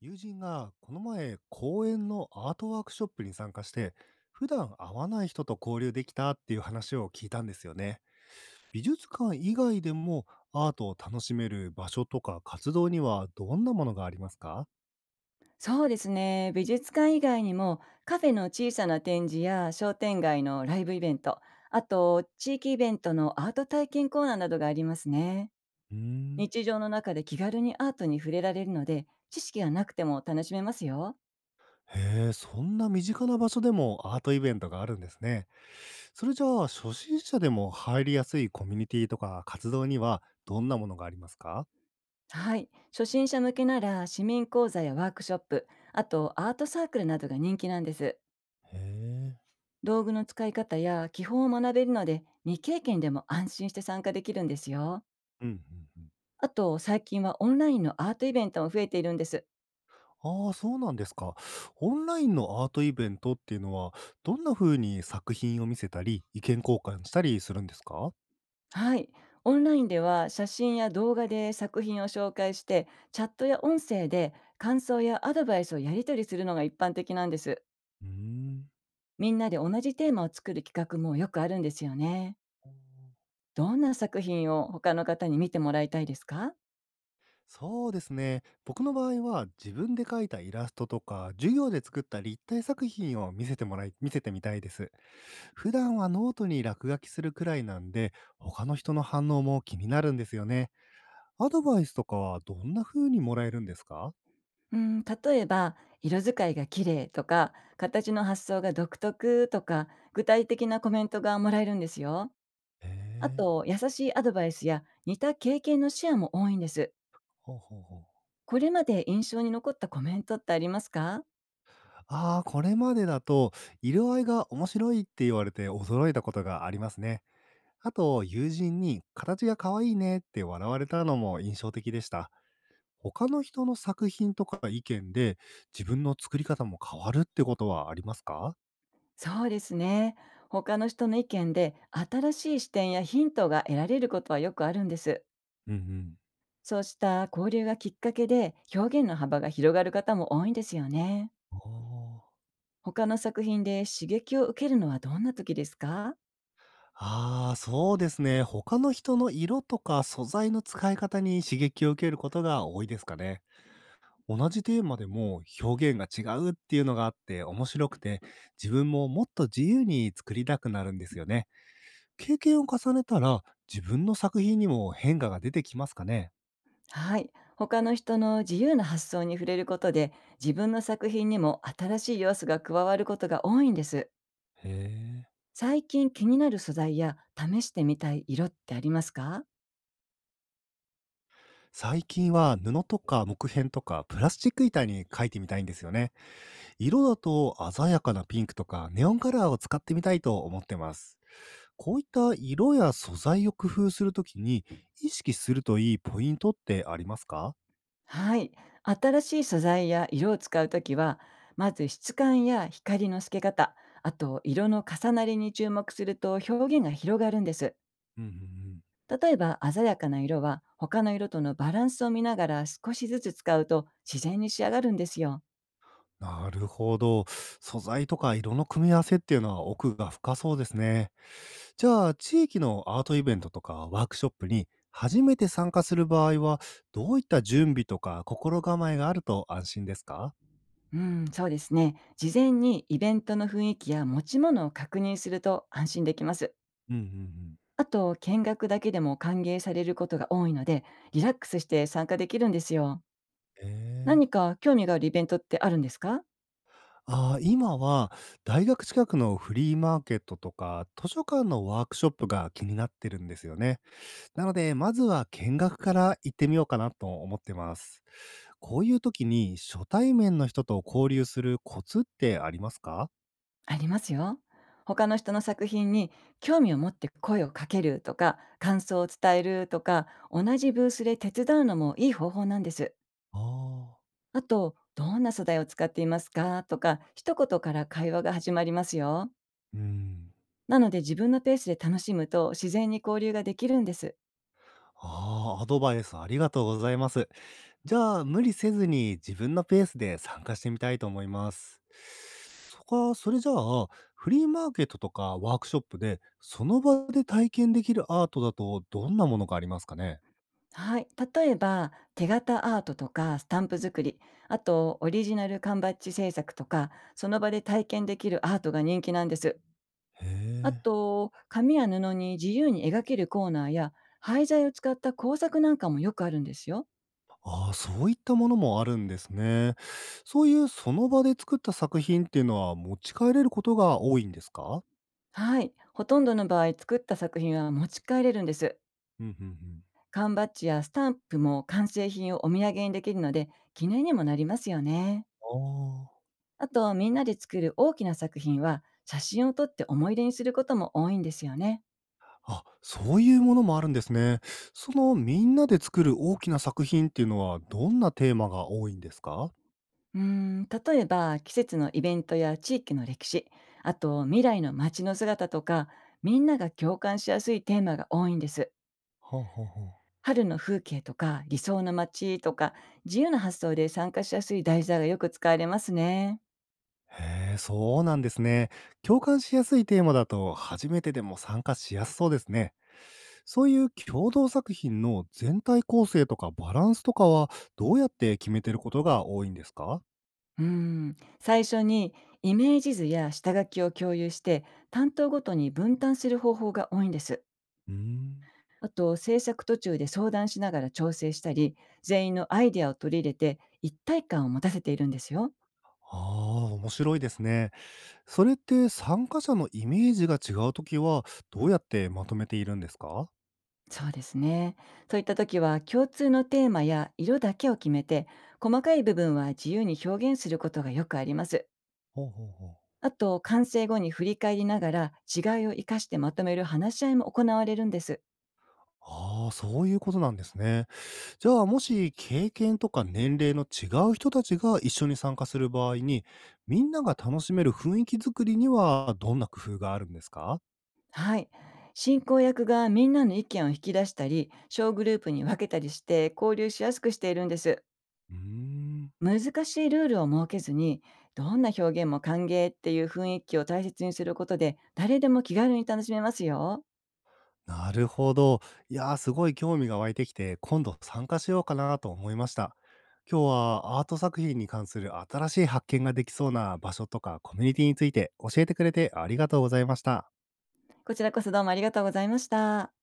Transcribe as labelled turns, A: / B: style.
A: 友人がこの前公園のアートワークショップに参加して、普段会わない人と交流できたっていう話を聞いたんですよね。美術館以外でもアートを楽しめる場所とか活動にはどんなものがありますか？
B: そうですね。美術館以外にも、カフェの小さな展示や商店街のライブイベント、あと地域イベントのアート体験コーナーなどがありますね。
A: うーん。
B: 日常の中で気軽にアートに触れられるので、知識がなくても楽しめますよ。
A: へえ、そんな身近な場所でもアートイベントがあるんですね。それじゃあ、初心者でも入りやすいコミュニティとか活動にはどんなものがありますか？
B: はい。初心者向けなら市民講座やワークショップ、あとアートサークルなどが人気なんです。
A: へえ。
B: 道具の使い方や基本を学べるので、未経験でも安心して参加できるんですよ。
A: うんうんうん。
B: あと、最近はオンラインのアートイベントも増えているんです。
A: ああ、そうなんですか。オンラインのアートイベントっていうのは、どんな風に作品を見せたり、意見交換したりするんですか？
B: はい。オンラインでは写真や動画で作品を紹介して、チャットや音声で感想やアドバイスをやり取りするのが一般的なんです。
A: うーん。
B: みんなで同じテーマを作る企画もよくあるんですよね。どんな作品を他の方に見てもらいたいですか？
A: そうですね。僕の場合は自分で描いたイラストとか、授業で作った立体作品を見せてみたいです。普段はノートに落書きするくらいなんで、他の人の反応も気になるんですよね。アドバイスとかはどんな風にもらえるんですか？
B: うん、例えば、色使いが綺麗とか、形の発想が独特とか、具体的なコメントがもらえるんですよ。
A: へ
B: あ
A: え。
B: と、優しいアドバイスや似た経験のシェアも多いんです。
A: ほうほうほう。
B: これまで印象に残ったコメントってありますか？
A: ああ、これまでだと、色合いが面白いって言われて驚いたことがありますね。あと、友人に形が可愛いねって笑われたのも印象的でした。他の人の作品とか意見で自分の作り方も変わるってことはありますか？
B: そうですね。他の人の意見で新しい視点やヒントが得られることはよくあるんです。
A: うんうん。
B: そうした交流がきっかけで表現の幅が広がる方も多いんですよね。
A: おー。
B: 他の作品で刺激を受けるのはどんな時ですか？
A: ああ、そうですね。他の人の色とか素材の使い方に刺激を受けることが多いですかね。同じテーマでも表現が違うっていうのがあって面白くて、自分ももっと自由に作りたくなるんですよね。経験を重ねたら自分の作品にも変化が出てきますかね。
B: はい。他の人の自由な発想に触れることで、自分の作品にも新しい要素が加わることが多いんです。
A: へえ。
B: 最近気になる素材や試してみたい色ってありますか？
A: 最近は布とか木片とかプラスチック板に描いてみたいんですよね。色だと鮮やかなピンクとかネオンカラーを使ってみたいと思ってます。こういった色や素材を工夫するときに意識するといいポイントってありますか？
B: はい。新しい素材や色を使うときは、まず質感や光の透け方、あと色の重なりに注目すると表現が広がるんです。
A: うんうんうん。
B: 例えば鮮やかな色は他の色とのバランスを見ながら少しずつ使うと自然に仕上がるんですよ。
A: なるほど。素材とか色の組み合わせっていうのは奥が深そうですね。じゃあ、地域のアートイベントとかワークショップに初めて参加する場合は、どういった準備とか心構えがあると安心ですか？
B: うん、そうですね。事前にイベントの雰囲気や持ち物を確認すると安心できます。
A: うんうんうん。
B: あと、見学だけでも歓迎されることが多いので、リラックスして参加できるんですよ。
A: ええ。
B: 何か興味があるイベントってあるんですか？
A: ああ、今は大学近くのフリーマーケットとか図書館のワークショップが気になってるんですよね。なので、まずは見学から行ってみようかなと思ってます。こういう時に初対面の人と交流するコツってありますか？
B: ありますよ。他の人の作品に興味を持って声をかけるとか、感想を伝えるとか、同じブースで手伝うのもいい方法なんです。
A: ああ、
B: あと、どんな素材を使っていますかとか、一言から会話が始まりますよ。
A: うん。
B: なので自分のペースで楽しむと自然に交流ができるんです。
A: ああ、アドバイスありがとうございます。じゃあ、無理せずに自分のペースで参加してみたいと思います。そこか、それじゃあ、フリーマーケットとかワークショップで、その場で体験できるアートだとどんなものがありますかね？
B: はい。例えば、手形アートとかスタンプ作り、あとオリジナル缶バッジ制作とか、その場で体験できるアートが人気なんです。
A: へ
B: あ
A: え。
B: と、紙や布に自由に描けるコーナーや、廃材を使った工作なんかもよくあるんですよ。
A: ああ、そういったものもあるんですね。そういうその場で作った作品っていうのは持ち帰れることが多いんですか？
B: はい。ほとんどの場合、作った作品は持ち帰れるんです。
A: うん、うんうん。
B: 缶バッジやスタンプも完成品をお土産にできるので、記念にもなりますよね。
A: ああ。
B: あと、みんなで作る大きな作品は、写真を撮って思い出にすることも多いんですよね。
A: あ、そういうものもあるんですね。そのみんなで作る大きな作品っていうのはどんなテーマが多いんですか？
B: うーん、例えば、季節のイベントや地域の歴史、あと、未来の街の姿とか、みんなが共感しやすいテーマが多いんです。
A: はあはあはあ。
B: 春の風景とか理想の街とか、自由な発想で参加しやすい題材がよく使われますね。
A: へえ、そうなんですね。共感しやすいテーマだと初めてでも参加しやすそうですね。そういう共同作品の全体構成とかバランスとかは、どうやって決めてることが多いんですか？
B: うん、最初にイメージ図や下書きを共有して、担当ごとに分担する方法が多いんです。
A: うーん。
B: あと、制作途中で相談しながら調整したり、全員のアイデアを取り入れて一体感を持たせているんですよ。
A: ああ、面白いですね。それって参加者のイメージが違うときは、どうやってまとめているんですか？
B: そうですね。そういった時は共通のテーマや色だけを決めて、細かい部分は自由に表現することがよくあります。
A: ほうほうほう。
B: あと、完成後に振り返りながら、違いを生かしてまとめる話し合いも行われるんです。
A: ああ、そういうことなんですね。じゃあ、もし経験とか年齢の違う人たちが一緒に参加する場合に、みんなが楽しめる雰囲気作りにはどんな工夫があるんですか？
B: はい。進行役がみんなの意見を引き出したり、小グループに分けたりして交流しやすくしているんです。
A: うーん。
B: 難しいルールを設けずに、どんな表現も歓迎っていう雰囲気を大切にすることで、誰でも気軽に楽しめますよ。
A: なるほど。いやー、すごい興味が湧いてきて、今度参加しようかなと思いました。今日はアート作品に関する新しい発見ができそうな場所とかコミュニティについて教えてくれてありがとうございました。
B: こちらこそどうもありがとうございました。